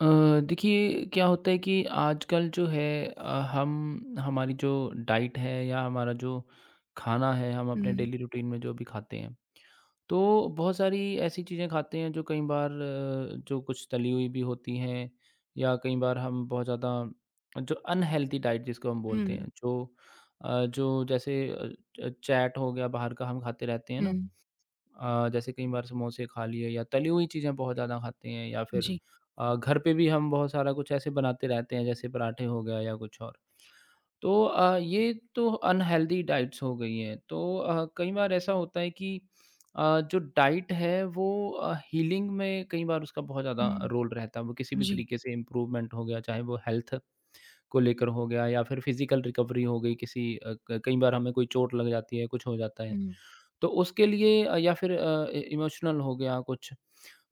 अ, देखिए क्या होता है कि आजकल जो है अ, हम हमारी जो डाइट है या हमारा जो खाना है हम अपने हुँ, डेली रूटीन में जो भी खाते हैं तो बहुत सारी ऐसी चीज़ें खाते हैं जो कई बार जो कुछ तली हुई भी होती हैं या कई बार हम बहुत ज़्यादा जो अनहेल्दी डाइट जिसको हम बोलते हुँ, हैं जो जो जैसे चैट हो गया बाहर का हम खाते रहते हैं ना। हुँ, जैसे कई बार समोसे खा लिए या तली हुई चीज़ें बहुत ज़्यादा खाते हैं या फिर जी, घर पे भी हम बहुत सारा कुछ ऐसे बनाते रहते हैं जैसे पराठे हो गया या कुछ और। तो ये तो अनहेल्दी डाइट्स हो गई हैं। तो कई बार ऐसा होता है कि जो डाइट है वो हीलिंग में कई बार उसका बहुत ज़्यादा हुँ, रोल रहता है। वो किसी भी जी, तरीके से इम्प्रूवमेंट हो गया, चाहे वो हेल्थ को लेकर हो गया या फिर फिज़िकल रिकवरी हो गई किसी अ, क कई बार हमें कोई चोट लग जाती है, कुछ हो जाता है। हुँ, तो उसके लिए या फिर अ, इ इमोशनल हो गया कुछ।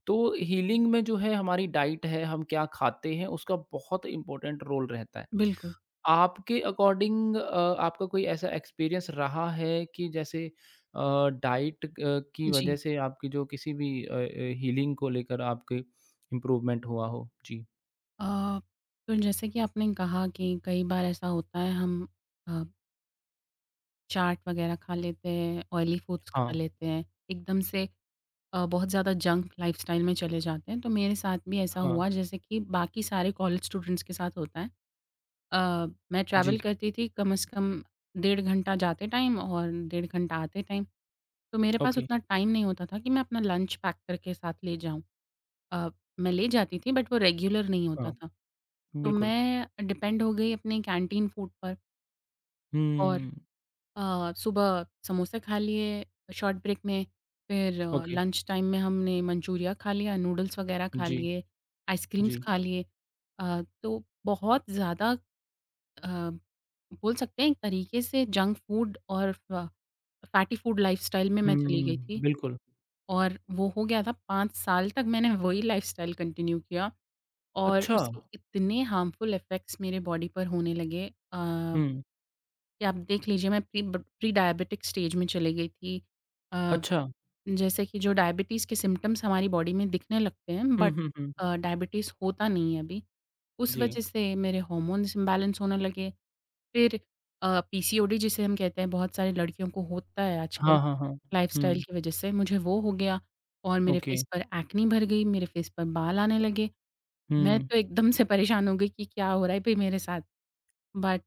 तो हीलिंग में जो है हमारी डाइट है, हम क्या खाते हैं, उसका बहुत इम्पोर्टेंट रोल रहता है। बिल्कुल, आपके अकॉर्डिंग आपका कोई ऐसा एक्सपीरियंस रहा है कि जैसे डाइट की जी। वजह से आपकी जो किसी भी हीलिंग को लेकर आपके इम्प्रूवमेंट हुआ हो? जी। अ, तो जैसे कि आपने कहा कि कई बार ऐसा होता है हम अ, चाट वग़ैरह खा लेते हैं, ऑयली फूड्स खा हाँ, लेते हैं, एकदम से बहुत ज़्यादा जंक लाइफ़स्टाइल में चले जाते हैं। तो मेरे साथ भी ऐसा हाँ। हुआ जैसे कि बाकी सारे कॉलेज स्टूडेंट्स के साथ होता है। अ, मैं ट्रैवल जी, करती थी कम से कम डेढ़ घंटा जाते टाइम और डेढ़ घंटा आते टाइम। तो मेरे पास ओके, उतना टाइम नहीं होता था कि मैं अपना लंच पैक करके साथ ले जाऊँ। अ, मैं ले जाती थी बट वो रेगुलर नहीं होता हाँ, था। तो बिल्कुल। मैं डिपेंड हो गई अपने कैंटीन फूड पर और हुँ, सुबह समोसे खा लिए शॉर्ट ब्रेक में, फिर ओके। लंच टाइम में हमने मंचूरिया खा लिया, नूडल्स वगैरह खा जी, लिए, आइसक्रीम्स जी। खा लिए। तो बहुत ज़्यादा अ, बोल सकते हैं एक तरीके से जंक फूड और फ फैटी फूड लाइफ़स्टाइल में मैं चली हुँ, गई थी बिल्कुल। और वो हो गया था 5 साल तक मैंने वही लाइफ़स्टाइल कंटिन्यू किया और अच्छा! उसके इतने हार्मफुल इफ़ेक्ट्स मेरे बॉडी पर होने लगे हुँ। कि आप देख लीजिए मैं प्री डायबिटिक स्टेज में चली गई थी। अ, अच्छा। जैसे कि जो डायबिटीज़ के सिम्पटम्स हमारी बॉडी में दिखने लगते हैं हुँ, बट हुँ, हुँ। डायबिटीज़ होता नहीं है अभी। उस जी। वजह से मेरे हार्मोन्स इम्बैलेंस होने लगे। फिर पीसीओडी जिसे हम कहते हैं बहुत सारी लड़कियों को होता है आजकल हाँ, हाँ, हाँ। लाइफ़स्टाइल हुँ, की वजह से, मुझे वो हो गया और मेरे ओके। फेस पर एक्ने भर गई, मेरे फेस पर बाल आने लगे। मैं हुँ, तो एकदम से परेशान हो गई कि क्या हो रहा है भई मेरे साथ? बट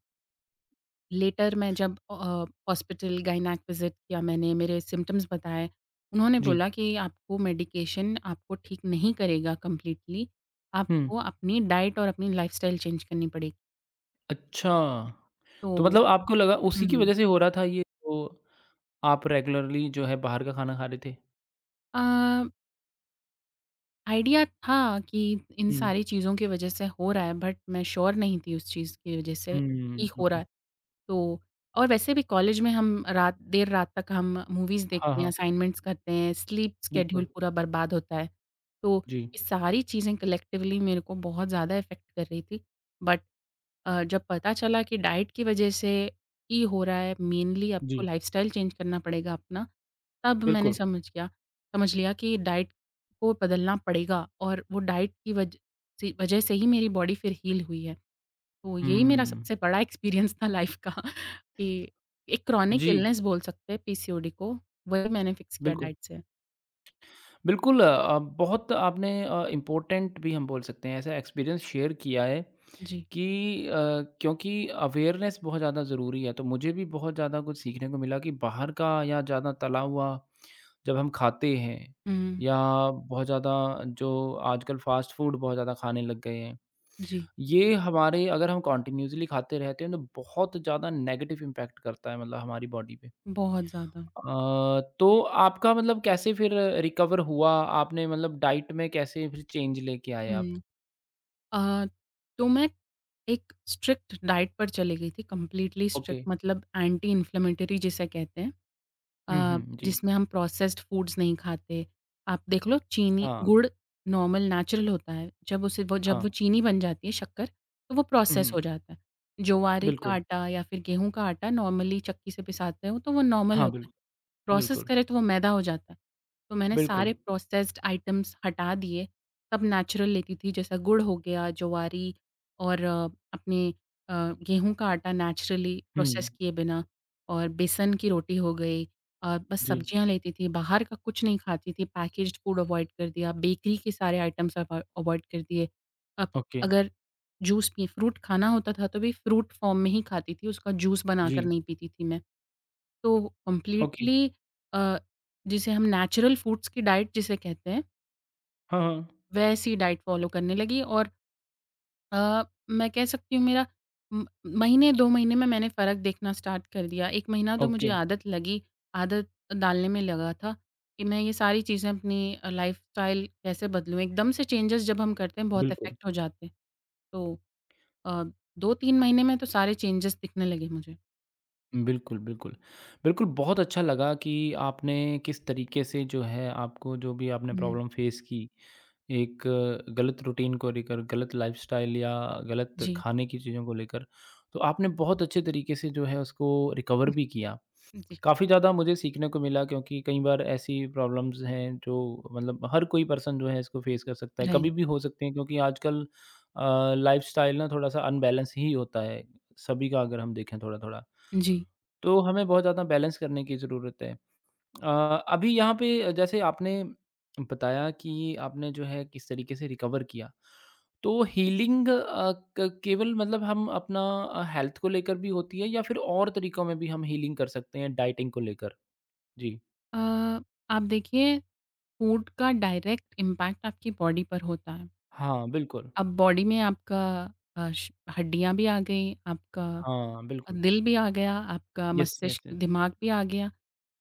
लेटर मैं जब हॉस्पिटल गायनेक विज़िट किया मैंने, मेरे सिम्पटम्स बताए, उन्होंने जी। बोला कि आपको मेडिकेशन आपको ठीक नहीं करेगा कंप्लीटली, हुँ, आपको अपनी डाइट और अपनी लाइफ़स्टाइल चेंज करनी पड़ेगी। अच्छा। तो तो मतलब आपको लगा उसी की हुँ, वज़ह से हो रहा था ये, तो आप रेगुलरली जो है बाहर का खाना खा रहे थे? अ, आइडिया था कि इन हुँ, सारी चीज़ों की वज़ह से हो रहा है बट मैं श्योर नहीं थी उस चीज़ की वज़ह से कि हुँ, हो रहा ओके। है। तो और वैसे भी कॉलेज में हम रात देर रात तक हम मूवीज़ हाँ, देखते हैं, हाँ, असाइनमेंट्स करते हैं, स्लीप स्केड्यूल बिल्कुल। पूरा बर्बाद होता है। तो जी, ये सारी चीज़ें कलेक्टिवली मेरे को बहुत ज़्यादा इफ़ेक्ट कर रही थी। बट जब पता चला कि डाइट की वज़ह से ही हो रहा है, मेनली आपको जी, लाइफ़स्टाइल चेंज करना पड़ेगा अपना, तब मैंने बिल्कुल। समझ गया समझ लिया कि डाइट को बदलना पड़ेगा और वो डाइट की वज से वज़ह से ही मेरी बॉडी फिर हील हुई है। तो यही मेरा हुँ, सबसे बड़ा एक्सपीरियंस था लाइफ का कि एक क्रॉनिक जी, इलनेस बोल सकते हैं पीसीओडी को, वही मैंने फिक्स किया बिल्कुल। डाइट से। बिल्कुल बहुत आपने इम्पोर्टेंट भी हम बोल सकते हैं, ऐसा एक्सपीरियंस शेयर किया है जी। कि क्योंकि अवेयरनेस बहुत ज़्यादा ज़रूरी है, तो मुझे भी बहुत ज़्यादा कुछ सीखने को मिला कि बाहर का या ज़्यादा तला हुआ जब हम खाते हैं हुँ, या बहुत ज़्यादा जो आजकल फ़ास्ट फ़ूड बहुत ज़्यादा खाने लग गए हैं, जी, ये हमारे अगर हम कंटिन्यूअसली खाते रहते हैं तो बहुत ज़्यादा नेगेटिव इम्पैक्ट करता है मतलब हमारी बॉडी पे। बहुत ज़्यादा। तो आपका मतलब कैसे फिर रिकवर हुआ? आपने मतलब डाइट में कैसे फिर चेंज लेके आए आप? हुँ। अ, तो मैं एक स्ट्रिक्ट डाइट पर चली गई थी, कंप्लीटली ओके। स्ट्रिक्ट मतलब एंटी इन्फ्लेमेटरी जिसे कहते हैं। हुँ, अ, हुँ। जी। जिसमें हम प्रोसेस्ड फूड्स नहीं खाते। आप देख लो चीनी हाँ, गुड़ नॉर्मल नेचुरल होता है। जब उसे वो जब वो हाँ। चीनी बन जाती है शक्कर, तो वो हुँ, प्रोसेस हुँ। हो जाता है। ज्वारे का बिल्कुल। आटा या फिर गेहूँ का आटा नॉर्मली चक्की से पिसाते हो तो वो नॉर्मल हाँ, होता है। बिल्कुल, प्रोसेस बिल्कुल, करें तो वो मैदा हो जाता है। तो मैंने सारे बिल्कुल। प्रोसेस्ड आइटम्स हटा दिए, सब नेचुरल लेती थी जैसा गुड़ हो गया, ज्वारी और अपने अ, गेहूँ का आटा नेचुरली हुँ, प्रोसेस किए बिना और बेसन की रोटी हो गई। और बस जी, सब्जियाँ लेती थी, बाहर का कुछ नहीं खाती थी, पैकेज्ड फूड अवॉइड कर दिया, बेकरी के सारे आइटम्स अवॉइड कर दिए। अब ओके, अगर जूस पी फ्रूट खाना होता था तो भी फ्रूट फॉर्म में ही खाती थी, उसका जूस बनाकर जी, नहीं पीती थी मैं। तो ओके। कंप्लीटली अ, जिसे हम नेचुरल फूड्स की डाइट जिसे कहते हैं, हाँ, हाँ, वैसी डाइट फॉलो करने लगी और अ, मैं कह सकती हूँ मेरा म महीने 2 महीने में मैंने फ़र्क देखना स्टार्ट कर दिया। 1 महीना तो मुझे ओके, आदत लगी, आदत डालने में लगा था कि मैं ये सारी चीज़ें अपनी लाइफ़स्टाइल कैसे बदलूँ। एकदम से चेंजेज़ जब हम करते हैं बहुत बिल्कुल, इफ़ेक्ट हो जाते हैं। तो अ, 2-3 महीने में तो सारे चेंजेज़ दिखने लगे मुझे। बिल्कुल, बिल्कुल। बिल्कुल, बहुत अच्छा लगा कि आपने किस तरीके से जो है आपको जो भी आपने हुँ, प्रॉब्लम फेस की, एक गलत रूटीन को लेकर, गलत लाइफ़स्टाइल या गलत जी। खाने की चीज़ों को लेकर, तो आपने बहुत अच्छे तरीके से जो है उसको रिकवर भी किया। जी, काफ़ी ज़्यादा मुझे सीखने को मिला क्योंकि कई बार ऐसी प्रॉब्लम्स हैं जो मतलब हर कोई पर्सन जो है इसको फेस कर सकता है। कभी राइट। भी हो सकती हैं क्योंकि आजकल लाइफ़स्टाइल ना थोड़ा-सा अनबैलेंस ही होता है, सभी का अगर हम देखें थोड़ा-थोड़ा। जी। तो हमें बहुत ज़्यादा बैलेंस करने की ज़रूरत है। अ, अभी यहाँ पे जैसे आपने बताया कि आपने जो है किस तरीके से रिकवर किया। तो हीलिंग अ, क केवल मतलब हम अपना हेल्थ को लेकर भी होती है या फिर और तरीकों में भी हम हीलिंग कर सकते हैं डाइटिंग को लेकर? जी। अ, आप देखिए फूड का डायरेक्ट इम्पैक्ट आपकी बॉडी पर होता है। हाँ, बिल्कुल। अब बॉडी में आपका अ, श हड्डियाँ भी आ गई, आपका हाँ, बिल्कुल। दिल भी आ गया, आपका यस, यस, मस्तिष्क यस। दिमाग भी आ गया।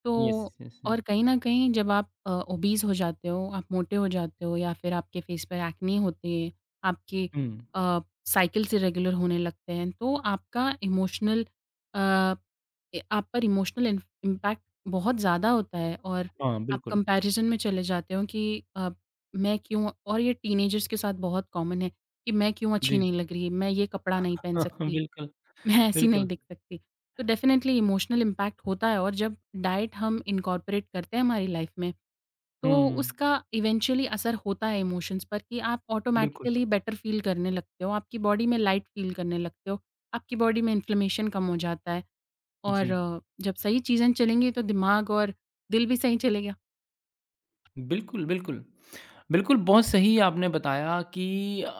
तो यस, यस, यस। और कहीं न कहीं जब आप ओबीज़ हो जाते हो, आप मोटे हो जाते हो या फिर आपके फेस पे एक्ने होती है, आपकी हुँ। अ, साइकिल्स इरेगुलर होने लगते हैं, तो आपका इमोशनल अ, ए आप पर इमोशनल इम इम्पैक्ट बहुत ज़्यादा होता है और हाँ, आप बिल्कुल। कंपैरिज़न में चले जाते हो कि अ, मैं क्यों और ये टीनेजर्स के साथ बहुत कॉमन है कि मैं क्यों अच्छी जी। नहीं लग रही, मैं ये कपड़ा नहीं पहन हाँ सकती। बिल्कुल, मैं ऐसी नहीं बिल्कुल। दिख सकती। तो डेफ़िनेटली इमोशनल इम्पैक्ट होता है और जब डाइट हम इनकॉर्पोरेट करते हैं हमारी लाइफ़ में, तो हुँ, उसका इवेंचुअली असर होता है इमोशंस पर कि आप बिल्कुल। ऑटोमैटिकली बेटर फ़ील करने लगते हो, आपकी बॉडी में लाइट फ़ील करने लगते हो, आपकी बॉडी में इन्फ्लेमेशन कम हो जाता है जी। और जब सही चीज़ें चलेंगी तो दिमाग और दिल भी सही चलेगा। बिल्कुल, बिल्कुल। बिल्कुल, बहुत सही आपने बताया कि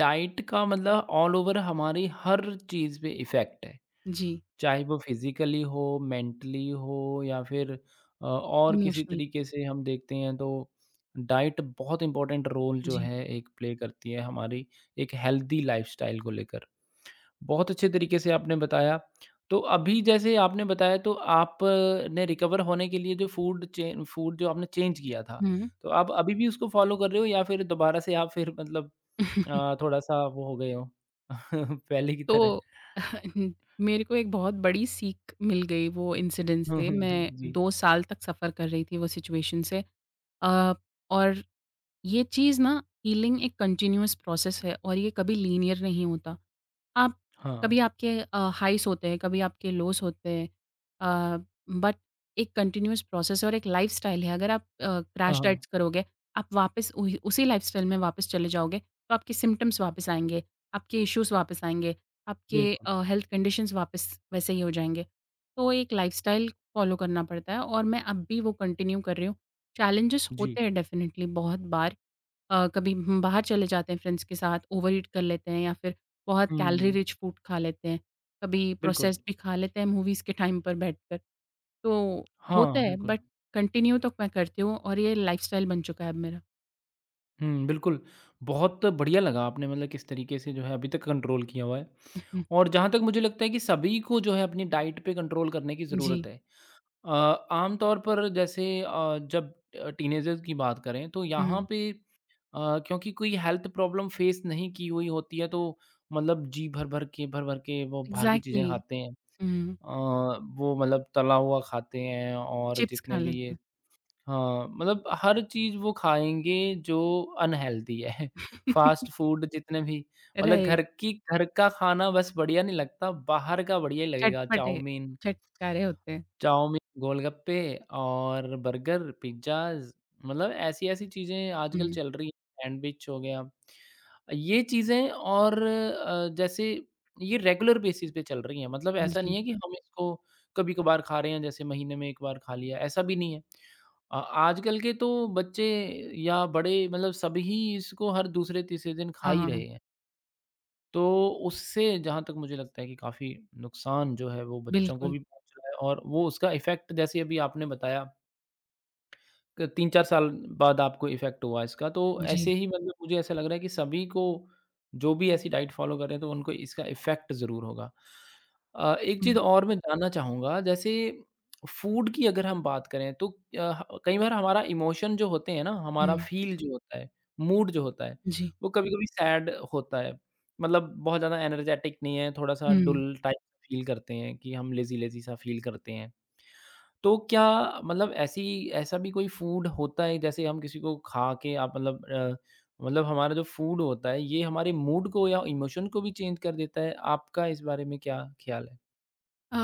डाइट का मतलब ऑल ओवर हमारी हर चीज़ पे इफ़ेक्ट है। जी, चाहे वो फिज़िकली हो, मेंटली हो या फिर और किसी इमोशनल तरीके से हम देखते हैं तो डाइट बहुत इम्पोर्टेंट रोल जो जी। है एक प्ले करती है हमारी एक हेल्दी लाइफ़स्टाइल को लेकर। बहुत अच्छे तरीके से आपने बताया। तो अभी जैसे आपने बताया तो आप ने रिकवर होने के लिए जो फूड चे फूड जो आपने चेंज किया था, हुँ। तो आप अभी भी उसको फ़ॉलो कर रहे हो या फिर दोबारा से आप फिर मतलब थोड़ा-सा वो हो गए हो पहले की तरह? तो मेरे को एक बहुत बड़ी सीख मिल गई वो इंसिडेंट हुँ, से। हुँ, मैं हुँ। जी। 2 साल तक सफ़र कर रही थी वो सिचुएशन से। अ, और ये चीज़ ना हीलिंग एक कंटीन्यूअस प्रोसेस है और ये कभी लीनियर नहीं होता। आप हाँ। कभी आपके हाइज़ होते हैं, कभी आपके लोज़ होते हैं, अ, बट एक कंटिन्यूअस प्रोसेस है और एक लाइफ़स्टाइल है। अगर आप हाँ, क्रैश डाइट्स हाँ। करोगे, आप वापस उही उसी लाइफ़स्टाइल में वापस चले जाओगे, तो आपके सिम्पटम्स वापस आएँगे, आपके इश्यूज़ वापस आएँगे, आपके बिल्कुल। अ, हेल्थ कंडीशंस वापस वैसे ही हो जाएँगे। तो एक लाइफ़स्टाइल फ़ॉलो करना पड़ता है और मैं अब भी वो कंटिन्यू कर रही हूँ। चैलेंजेस जी। होते हैं डेफ़िनेटली बहुत बार, कभी हम बाहर चले जाते हैं फ्रेंड्स के साथ, ओवरईट कर लेते हैं या फिर बहुत कैलोरी हुँ। रिच फूड खा लेते हैं। कभी बिल्कुल। प्रोसेस्ड भी खा लेते हैं मूवीज़ के टाइम पर बैठकर। तो हाँ, होता है बिल्कुल। बट कंटिन्यू तो मैं करती हूँ और ये लाइफ़स्टाइल बन चुका है अब मेरा। हुँ, बिल्कुल। बहुत बढ़िया लगा आपने मतलब किस तरीके से जो है अभी तक कंट्रोल किया हुआ है। और जहाँ तक मुझे लगता है कि सभी को जो है अपनी डाइट पे कंट्रोल करने की जी। ज़रूरत है। अ, आम तौर पर जैसे जब टीनेजर्स की बात करें तो यहाँ हुँ। पे क्योंकि कोई हेल्थ प्रॉब्लम फेस नहीं की हुई होती है तो मतलब जी भर-भर के वो बाहर की एग्ज़ैक्टली। चीज़ें खाते हैं। हुँ। अ, वो मतलब तला हुआ खाते हैं और चिप्स जितने खा भी लेते ये हैं। हाँ, मतलब हर चीज़ वो खाएँगे जो अनहेल्दी है। फ़ास्ट फूड जितने भी मतलब राइट। घर की घर का खाना बस बढ़िया नहीं लगता, बाहर का बढ़िया ही लगेगा। चटपटे, चाउमीन चटकारे होते हैं। चाउमीन, गोलगप्पे और बर्गर, पिज़्ज़ाज़ मतलब ऐसी-ऐसी चीज़ें आजकल हुँ। चल रही हैं, सैंडविच हो गया। ये चीज़ें और जैसे ये रेगुलर बेसिस पे चल रही हैं, मतलब ऐसा जी। नहीं है कि हम इसको कभी-कभार खा रहे हैं, जैसे महीने में 1 बार खा लिया, ऐसा भी नहीं है। आजकल के तो बच्चे या बड़े मतलब सभी इसको हर दूसरे तीसरे दिन खा हाँ, ही हाँ, हाँ। रहे हैं। तो उससे जहाँ तक मुझे लगता है कि काफ़ी नुकसान जो है वो बच्चों को बिल्कुल। भी पहुँच रहा है और वो उसका इफ़ेक्ट जैसे अभी आपने बताया क 3-4 साल बाद आपको इफ़ेक्ट हुआ इसका, तो जी। ऐसे ही मतलब मुझे ऐसा लग रहा है कि सभी को जो भी ऐसी डाइट फ़ॉलो कर रहे हैं, तो उनको इसका इफ़ेक्ट ज़रूर होगा। एक हुँ, चीज़ और मैं जानना चाहूँगा, जैसे फूड की अगर हम बात करें, तो अ, ह कई बार हमारा इमोशन जो होते हैं ना, हमारा हुँ। फ़ील जो होता है, मूड जो होता है, जी। वो कभी-कभी सैड होता है। मतलब बहुत ज़्यादा एनर्जेटिक नहीं है, थोड़ा-सा हुँ। डुल टाइप फ़ील करते हैं कि हम लेज़ी-लेज़ी सा फ़ील करते हैं। तो क्या मतलब ऐसी ऐसा भी कोई फूड होता है जैसे हम किसी को खा के आप मतलब मतलब हमारा जो फूड होता है ये हमारे मूड को या इमोशन को भी चेंज कर देता है। आपका इस बारे में क्या ख्याल है? अ,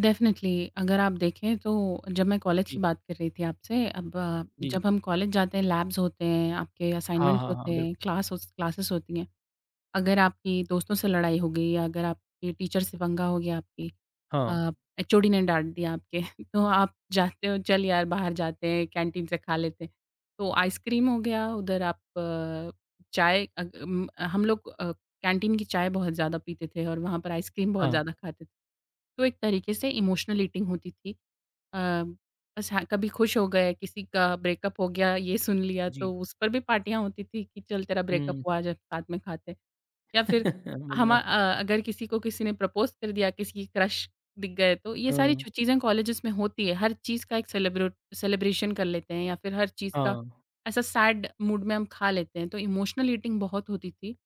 डेफ़िनेटली अगर आप देखें तो जब मैं कॉलेज की जी, बात कर रही थी आपसे अब जी। जब हम कॉलेज जाते हैं लैब्स होते हैं, आपके हाँ, असाइनमेंट्स हाँ, होते हाँ, बिल्कुल। हैं, क्लासेस होती हैं। अगर आपके दोस्तों से लड़ाई हो गई या अगर आपके टीचर से पंगा हो गया, हाँ, अ, एचओडी ने डाँट दिया आपके। तो आप जाते हो चल यार बाहर जाते हैं कैंटीन से खा लेते हैं। तो आइसक्रीम हो गया उधर आप हम लोग कैंटीन की चाय बहुत ज़्यादा पीते थे और वहाँ पर आइसक्रीम बहुत हाँ, ज़्यादा खाते थे। तो एक तरीके से इमोशनल ईटिंग होती थी। अ, बस हाँ, कभी खुश हो गए, किसी का ब्रेकअप हो गया ये सुन लिया तो जी। उस पर भी पार्टियाँ होती थी कि चल तेरा ब्रेकअप हुँ। हुआ आज साथ में खाते हैं। या फिर बिल्कुल। अगर किसी को किसी ने प्रपोज़ कर दिया, किसी क्रश दिख गए, तो ये सारी हाँ, जो चीज़ें कॉलेजेस में होती है, हर चीज़ का एक सेलिब्रेट सेलिब्रेशन कर लेते हैं या फिर हर चीज़ का हाँ। ऐसा सैड मूड में हम खा लेते हैं, तो इमोशनल ईटिंग बहुत होती थी।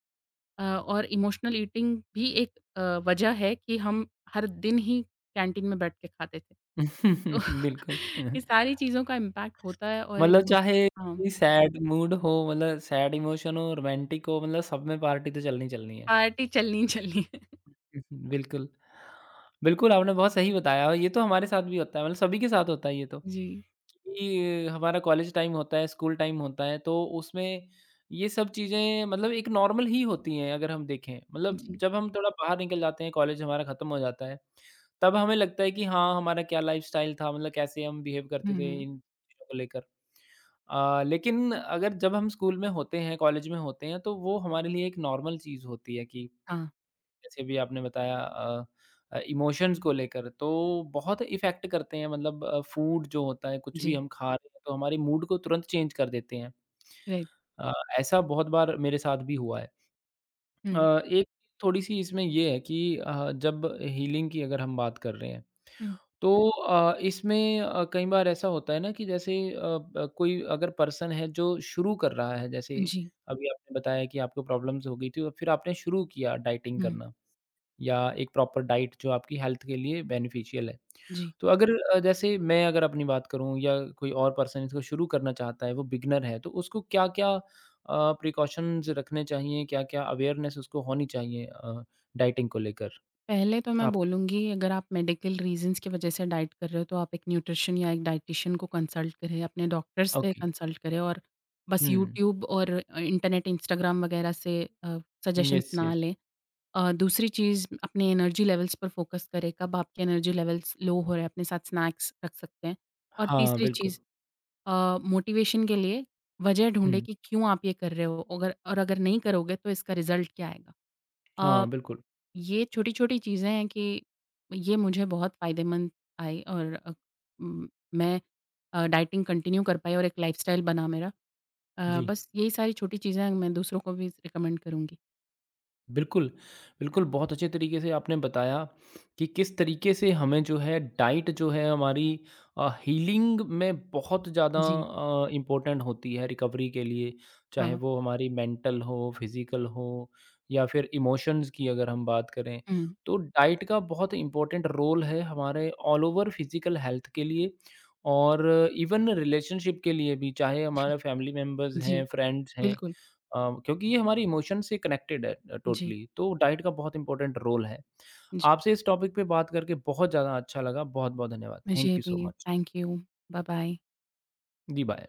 और इमोशनल ईटिंग भी एक वजह है कि हम हर दिन ही कैंटीन में बैठ के खाते थे। तो बिल्कुल। हाँ। ये सारी चीज़ों का इम्पैक्ट होता है और मतलब इमो चाहे हाँ, कोई सैड मूड हो मतलब सैड इमोशन हो, रोमांटिक हो मतलब सब में पार्टी तो चलनी ही चलनी है। पार्टी चलनी ही चलनी है। हुँ, बिल्कुल। बिल्कुल, आपने बहुत सही बताया और ये तो हमारे साथ भी होता है, मतलब सभी के साथ होता है ये तो, जी, कि हमारा कॉलेज टाइम होता है, स्कूल टाइम होता है, तो उसमें ये सब चीज़ें मतलब एक नॉर्मल ही होती हैं अगर हम देखें। मतलब जी। जब हम थोड़ा बाहर निकल जाते हैं, कॉलेज हमारा खत्म हो जाता है, तब हमें लगता है कि हाँ, हमारा क्या लाइफ़स्टाइल था, मतलब कैसे हम बिहेव हुँ, करते थे हुँ। इन चीज़ों को लेकर। लेकिन अगर जब हम स्कूल में होते हैं, कॉलेज में होते हैं, तो वो हमारे लिए एक नॉर्मल चीज़ होती है कि हाँ, जैसे भी आपने बताया इमोशंस को लेकर तो बहुत इफ़ेक्ट करते हैं मतलब फूड जो होता है कुछ भी जी। हम खा रहे हैं तो हमारे मूड को तुरंत चेंज कर देते हैं। राइट। अ, ऐसा बहुत बार मेरे साथ भी हुआ है। हुँ, एक थोड़ी-सी इसमें ये है कि जब हीलिंग की अगर हम बात कर रहे हैं हुँ। तो इसमें कई बार ऐसा होता है ना कि जैसे अ, ब कोई अगर पर्सन है जो शुरू कर रहा है जैसे जी, अभी आपने बताया कि आपको प्रॉब्लम्स हो गई थी और फिर आपने शुरू किया डाइटिंग हुँ, करना। या एक प्रॉपर डाइट जो आपकी हेल्थ के लिए बेनिफिशियल है। जी। तो अगर जैसे मैं अगर अपनी बात करूँ या कोई और पर्सन इसको शुरू करना चाहता है, वो बिगिनर है, तो उसको क्या-क्या प्रिकॉशंस रखने चाहिए? क्या-क्या अवेयरनेस उसको होनी चाहिए डाइटिंग को लेकर? पहले तो मैं आप बोलूँगी अगर आप मेडिकल रीज़न्स की वजह से डाइट कर रहे हो तो आप एक न्यूट्रिशन या एक डायटीशियन को कंसल्ट करें, अपने डॉक्टर से ओके। कंसल्ट करें और बस हुँ। यूट्यूब और इंटरनेट, इंस्टाग्राम वगैरह से सजेशंस येस, ना येस। लें। दूसरी चीज़ अपने एनर्जी लेवल्स पर फ़ोकस करें, कब आपके एनर्जी लेवल्स लो हो रहे हैं, अपने साथ स्नैक्स रख सकते हैं। और हाँ, तीसरी बिल्कुल। चीज़ मोटिवेशन के लिए वजह ढूँढें हुँ। कि क्यों आप ये कर रहे हो? अगर नहीं करोगे तो इसका रिज़ल्ट क्या आएगा? अ हाँ, बिल्कुल। ये छोटी-छोटी चीज़ें हैं कि ये मुझे बहुत फ़ायदेमंद आई और उम, मैं डाइटिंग कंटिन्यू कर पाई और एक लाइफ़स्टाइल बना मेरा। जी। बस यही सारी छोटी चीज़ें मैं दूसरों को भी रिकमेंड करूँगी। बिल्कुल, बिल्कुल, बहुत अच्छे तरीके से आपने बताया कि किस तरीके से हमें जो है डाइट जो है हमारी हीलिंग में बहुत ज़्यादा जी, इम्पोर्टेंट होती है रिकवरी के लिए, चाहे हाँ। वो हमारी मेंटल हो, फिज़िकल हो या फिर इमोशंस की अगर हम बात करें। हुँ, तो डाइट का बहुत इम्पोर्टेंट रोल है हमारे ऑल ओवर फिज़िकल हेल्थ के लिए और इवन रिलेशनशिप के लिए भी, चाहे हमारे फैमिली मेंबर्स जी, हैं, फ्रेंड्स हैं, बिल्कुल। अ, क्योंकि ये हमारे इमोशन से कनेक्टेड है जी, टोटली तो डाइट का बहुत इंपॉर्टेंट रोल है। जी। आपसे इस टॉपिक पे बात करके बहुत ज़्यादा अच्छा लगा। बहुत-बहुत धन्यवाद। मुझे थैंक यू सो भी मच। Thank you. बाय-बाय। जी, बाय।